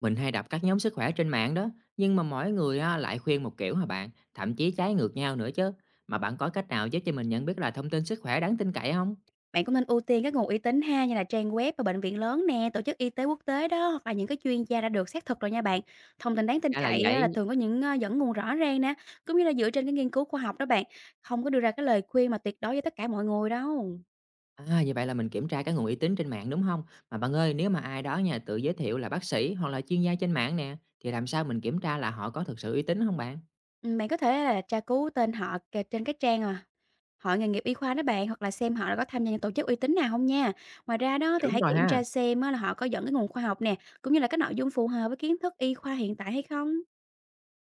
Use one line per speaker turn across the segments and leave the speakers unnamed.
Mình hay đọc các nhóm sức khỏe trên mạng đó, nhưng mà mỗi người á, lại khuyên một kiểu hả bạn, thậm chí trái ngược nhau nữa chứ. Mà bạn có cách nào giúp cho mình nhận biết là thông tin sức khỏe đáng tin cậy không?
Bạn cũng nên ưu tiên các nguồn uy tín ha, như là trang web và bệnh viện lớn nè, tổ chức y tế quốc tế đó, hoặc là những cái chuyên gia đã được xác thực rồi nha bạn. Thông tin đáng tin
Ra là
cậy á,
vậy.
là thường có những dẫn nguồn rõ ràng nè, cũng như là dựa trên cái nghiên cứu khoa học đó bạn. Không có đưa ra cái lời khuyên mà tuyệt đối với tất cả mọi người đâu.
À, như vậy là mình kiểm tra cái nguồn uy tín trên mạng đúng không? Mà bạn ơi, nếu mà ai đó nha tự giới thiệu là bác sĩ hoặc là chuyên gia trên mạng nè, thì làm sao mình kiểm tra là họ có thực sự uy tín không bạn?
Ừ, bạn có thể là tra cứu tên họ trên cái trang à hội nghề nghiệp y khoa đó bạn, hoặc là xem họ đã có tham gia những tổ chức uy tín nào không nha. Ngoài ra đó thì
Đúng
hãy
rồi
kiểm
ha.
tra xem á, là họ có dẫn cái nguồn khoa học nè, cũng như là cái nội dung phù hợp với kiến thức y khoa hiện tại hay không.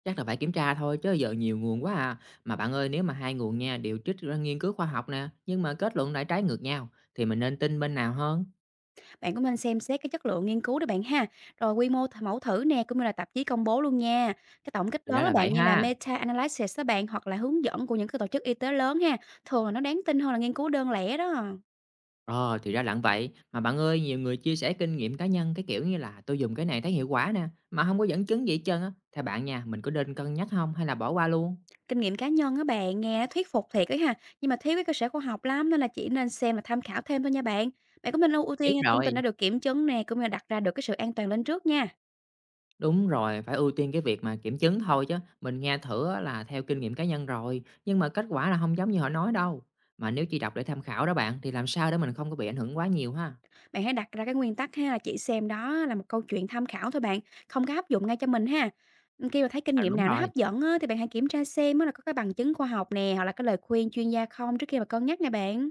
Chắc là phải kiểm tra thôi chứ giờ nhiều nguồn quá à. Mà bạn ơi, nếu mà hai nguồn nha đều trích ra nghiên cứu khoa học nè, nhưng mà kết luận lại trái ngược nhau thì mình nên tin bên nào hơn?
Bạn cũng nên xem xét cái chất lượng nghiên cứu đó bạn ha, rồi quy mô mẫu thử nè, cũng như là tạp chí công bố luôn nha. Cái tổng kết
Thì ra
lớn đó
là vậy
bạn như là
ha.
meta-analysis đó bạn, hoặc là hướng dẫn của những cái tổ chức y tế lớn ha, thường là nó đáng tin hơn là nghiên cứu đơn lẻ đó.
Ờ, thì ra là vậy. Mà bạn ơi, nhiều người chia sẻ kinh nghiệm cá nhân cái kiểu như là tôi dùng cái này thấy hiệu quả nè, mà không có dẫn chứng gì hết trơn á. Theo bạn nha, mình có nên cân nhắc không hay là bỏ qua luôn?
Kinh nghiệm cá nhân á bạn, nghe nó thuyết phục thiệt ấy ha, nhưng mà thiếu cái cơ sở khoa học lắm nên là chỉ nên xem và tham khảo thêm thôi nha bạn. Bạn cũng nên ưu ưu
Biết
tiên thông
rồi.
tin đã được kiểm chứng nè, cũng như là đặt ra được cái sự an toàn lên trước nha.
Đúng rồi, phải ưu tiên cái việc mà kiểm chứng thôi chứ. Mình nghe thử á là theo kinh nghiệm cá nhân rồi, nhưng mà kết quả là không giống như họ nói đâu. Mà nếu chỉ đọc để tham khảo đó bạn, thì làm sao để mình không có bị ảnh hưởng quá nhiều ha?
Bạn hãy đặt ra cái nguyên tắc ha là chỉ xem đó là một câu chuyện tham khảo thôi bạn, không có áp dụng ngay cho mình ha. Khi mà thấy kinh
À,
nghiệm
đúng
nào nó
rồi.
hấp dẫn á, thì bạn hãy kiểm tra xem á là có cái bằng chứng khoa học nè, hoặc là cái lời khuyên chuyên gia không trước khi mà cân nhắc nè bạn.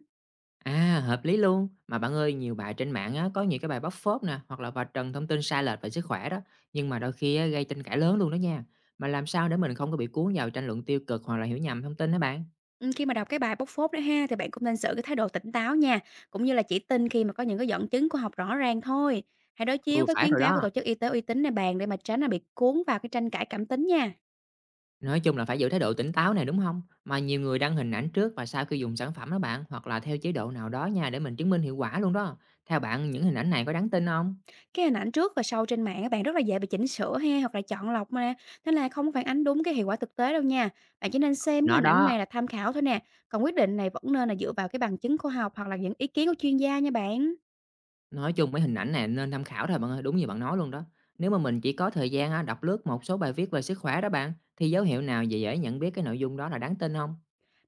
À, hợp lý luôn. Mà bạn ơi, nhiều bài trên mạng á, có nhiều cái bài bóc phốt nè, hoặc là vạch trần thông tin sai lệch về sức khỏe đó. Nhưng mà đôi khi á, gây tranh cãi lớn luôn đó nha. Mà làm sao để mình không có bị cuốn vào tranh luận tiêu cực hoặc là hiểu nhầm thông tin đó bạn?
Ừ, khi mà đọc cái bài bóc phốt đó ha thì bạn cũng nên giữ cái thái độ tỉnh táo nha, cũng như là chỉ tin khi mà có những cái dẫn chứng khoa học rõ ràng thôi. Hãy đối
Ừ,
chiếu với
phải
khuyến
rồi
cáo của
đó.
tổ chức y tế uy tín nè bạn, để mà tránh là bị cuốn vào cái tranh cãi cảm tính nha.
Nói chung là phải giữ thái độ tỉnh táo này đúng không? Mà nhiều người đăng hình ảnh trước và sau khi dùng sản phẩm đó bạn, hoặc là theo chế độ nào đó nha để mình chứng minh hiệu quả luôn đó. Theo bạn, những hình ảnh này có đáng tin không?
Cái hình ảnh trước và sau trên mạng các bạn rất là dễ bị chỉnh sửa ha, hoặc là chọn lọc mà, nè, nên là không có phản ánh đúng cái hiệu quả thực tế đâu nha. Bạn chỉ nên xem cái
Nó
hình ảnh
đó.
này là tham khảo thôi nè, còn quyết định này vẫn nên là dựa vào cái bằng chứng khoa học, hoặc là những ý kiến của chuyên gia nha bạn.
Nói chung mấy hình ảnh này nên tham khảo thôi bạn ơi, đúng như bạn nói luôn đó. Nếu mà mình chỉ có thời gian á, đọc lướt một số bài viết về sức khỏe đó bạn, thì dấu hiệu nào dễ dễ nhận biết cái nội dung đó là đáng tin không?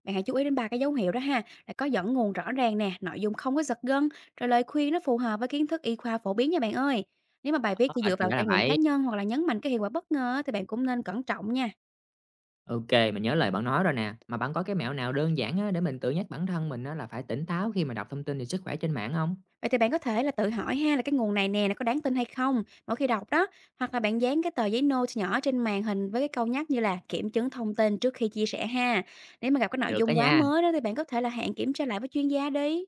Bạn hãy chú ý đến ba cái dấu hiệu đó ha, là có dẫn nguồn rõ ràng nè, nội dung không có giật gân, rồi lời khuyên nó phù hợp với kiến thức y khoa phổ biến nha bạn ơi. Nếu mà bài viết
Ờ,
chỉ dựa
thì
vào
ra là
trải nghiệm cá
vậy.
nhân, hoặc là nhấn mạnh cái hiệu quả bất ngờ á, thì bạn cũng nên cẩn trọng nha.
Ok, mình nhớ lời bạn nói rồi nè. Mà bạn có cái mẹo nào đơn giản á, để mình tự nhắc bản thân mình á, là phải tỉnh táo khi mà đọc thông tin về sức khỏe trên mạng không?
Vậy thì bạn có thể là tự hỏi ha là cái nguồn này nè nó có đáng tin hay không mỗi khi đọc đó, hoặc là bạn dán cái tờ giấy note nhỏ trên màn hình với cái câu nhắc như là kiểm chứng thông tin trước khi chia sẻ ha. Nếu mà gặp cái nội
Được đó
dung quá
nha.
mới đó thì bạn có thể là hẹn kiểm tra lại với chuyên gia đi.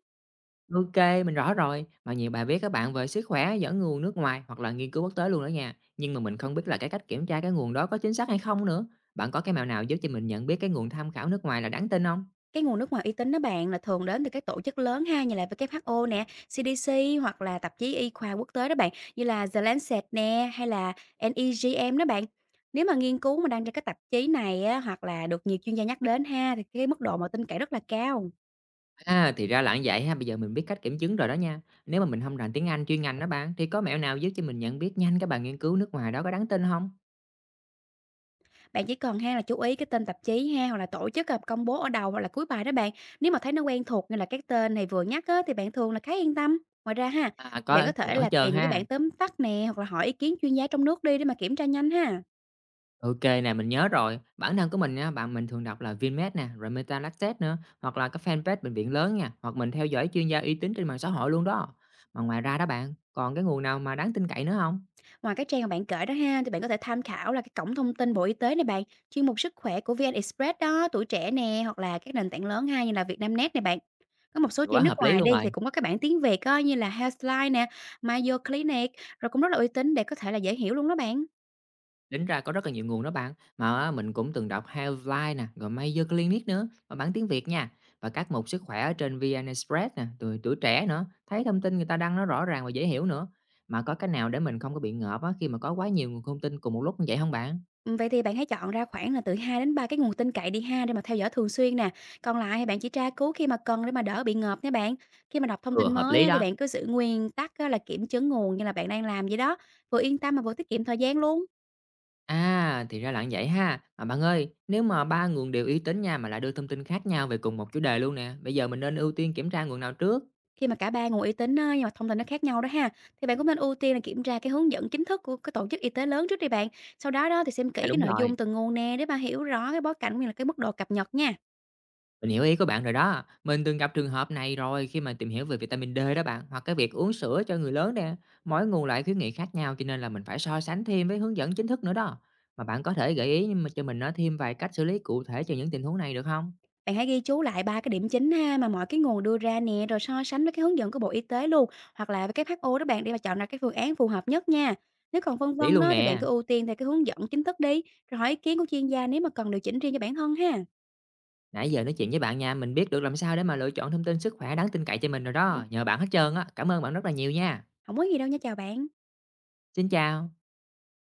Ok, mình rõ rồi. Mà nhiều bài viết các bạn về sức khỏe dẫn nguồn nước ngoài hoặc là nghiên cứu quốc tế luôn đó nha. Nhưng mà mình không biết là cái cách kiểm tra cái nguồn đó có chính xác hay không nữa. Bạn có cái mẹo nào giúp cho mình nhận biết cái nguồn tham khảo nước ngoài là đáng tin không?
Cái nguồn nước ngoài uy tín đó bạn là thường đến từ các tổ chức lớn ha, như là WHO nè, CDC, hoặc là tạp chí y khoa quốc tế đó bạn, như là The Lancet nè, hay là NEJM đó bạn. Nếu mà nghiên cứu mà đăng trên các tạp chí này á, hoặc là được nhiều chuyên gia nhắc đến ha, thì cái mức độ mà tin cậy rất là cao.
À, thì ra là như vậy ha, bây giờ mình biết cách kiểm chứng rồi đó nha. Nếu mà mình không rành tiếng Anh chuyên ngành đó bạn, thì có mẹo nào giúp cho mình nhận biết nhanh các bài nghiên cứu nước ngoài đó có đáng tin không?
Bạn chỉ cần ha là chú ý cái tên tạp chí ha, hoặc là tổ chức, công bố ở đầu hoặc là cuối bài đó bạn. Nếu mà thấy nó quen thuộc như là các tên này vừa nhắc á, thì bạn thường là khá yên tâm. Ngoài ra ha,
À,
thì bạn
có
có thể
mẹo hết
là
trơn
tìm những cái
ha.
bản tóm tắt nè, hoặc là hỏi ý kiến chuyên gia trong nước đi để mà kiểm tra nhanh ha.
Ok kê nè, mình nhớ rồi. Bản thân của mình á, bạn mình thường đọc là Vinmed nè, rồi MetaLancet nữa, hoặc là các fanpage bệnh viện lớn nha, hoặc mình theo dõi chuyên gia uy tín trên mạng xã hội luôn đó. Mà ngoài ra đó bạn, còn cái nguồn nào mà đáng tin cậy nữa không?
Ngoài cái trang mà bạn kể đó ha, thì bạn có thể tham khảo là cái cổng thông tin Bộ Y tế này bạn, chuyên mục sức khỏe của VN Express đó, tuổi trẻ nè, hoặc là các nền tảng lớn ha như là Vietnamnet này bạn. Có một số
Quá
trang nước
hợp lý
ngoài
luôn
đi
rồi.
thì cũng có các bảng tiếng Việt á, như là Healthline nè, Mayo Clinic, rồi cũng rất là uy tín để có thể là dễ hiểu luôn đó bạn.
Tính ra có rất là nhiều nguồn đó bạn, mà á, mình cũng từng đọc Healthline nè, rồi Mayo Clinic nữa, và bản tiếng Việt nha. Và các mục sức khỏe ở trên VN Express nè, rồi tuổi trẻ nữa, thấy thông tin người ta đăng nó rõ ràng và dễ hiểu nữa. Mà có cái nào để mình không có bị ngợp á khi mà có quá nhiều nguồn thông tin cùng một lúc như vậy không bạn?
Vậy thì bạn hãy chọn ra khoảng là từ 2 đến 3 cái nguồn tin cậy đi ha, để mà theo dõi thường xuyên nè. Còn lại thì bạn chỉ tra cứu khi mà cần để mà đỡ bị ngợp nha bạn. Khi mà đọc thông
Ừ,
tin
hợp
mới
lý
á, thì
đó.
bạn cứ giữ nguyên tắc á, là kiểm chứng nguồn như là bạn đang làm vậy đó, vừa yên tâm mà vừa tiết kiệm thời gian luôn.
À, thì ra là như vậy ha. Mà bạn ơi, nếu mà ba nguồn đều uy tín nha mà lại đưa thông tin khác nhau về cùng một chủ đề luôn nè, bây giờ mình nên ưu tiên kiểm tra nguồn nào trước?
Khi mà cả ba nguồn uy tín á, nhưng mà thông tin nó khác nhau đó ha, thì bạn cũng nên ưu tiên là kiểm tra cái hướng dẫn chính thức của cái tổ chức y tế lớn trước đi bạn. Sau đó đó thì xem
À
kỹ cái
đúng
nội
rồi.
dung từng nguồn nè, để mà hiểu rõ cái bối cảnh cũng như là cái mức độ cập nhật nha.
Mình hiểu ý của bạn rồi đó. Mình từng gặp trường hợp này rồi khi mà tìm hiểu về vitamin D đó bạn, hoặc cái việc uống sữa cho người lớn nè. Mỗi nguồn lại khuyến nghị khác nhau cho nên là mình phải so sánh thêm với hướng dẫn chính thức nữa đó. Mà bạn có thể gợi ý nhưng mà cho mình nói thêm vài cách xử lý cụ thể cho những tình huống này được không?
Bạn hãy ghi chú lại 3 cái điểm chính ha mà mọi cái nguồn đưa ra nè, rồi so sánh với cái hướng dẫn của Bộ Y tế luôn, hoặc là với WHO đó bạn, để mà chọn ra cái phương án phù hợp nhất nha. Nếu còn phân
Lý
vân
luôn
đó thì bạn
nè.
cứ ưu tiên theo cái hướng dẫn chính thức đi, rồi hỏi ý kiến của chuyên gia nếu mà cần điều chỉnh riêng cho bản thân ha.
Nãy giờ nói chuyện với bạn nha, mình biết được làm sao để mà lựa chọn thông tin sức khỏe đáng tin cậy cho mình rồi đó. Nhờ bạn hết trơn á. Cảm ơn bạn rất là nhiều nha.
Không có gì đâu nha, chào bạn.
Xin chào.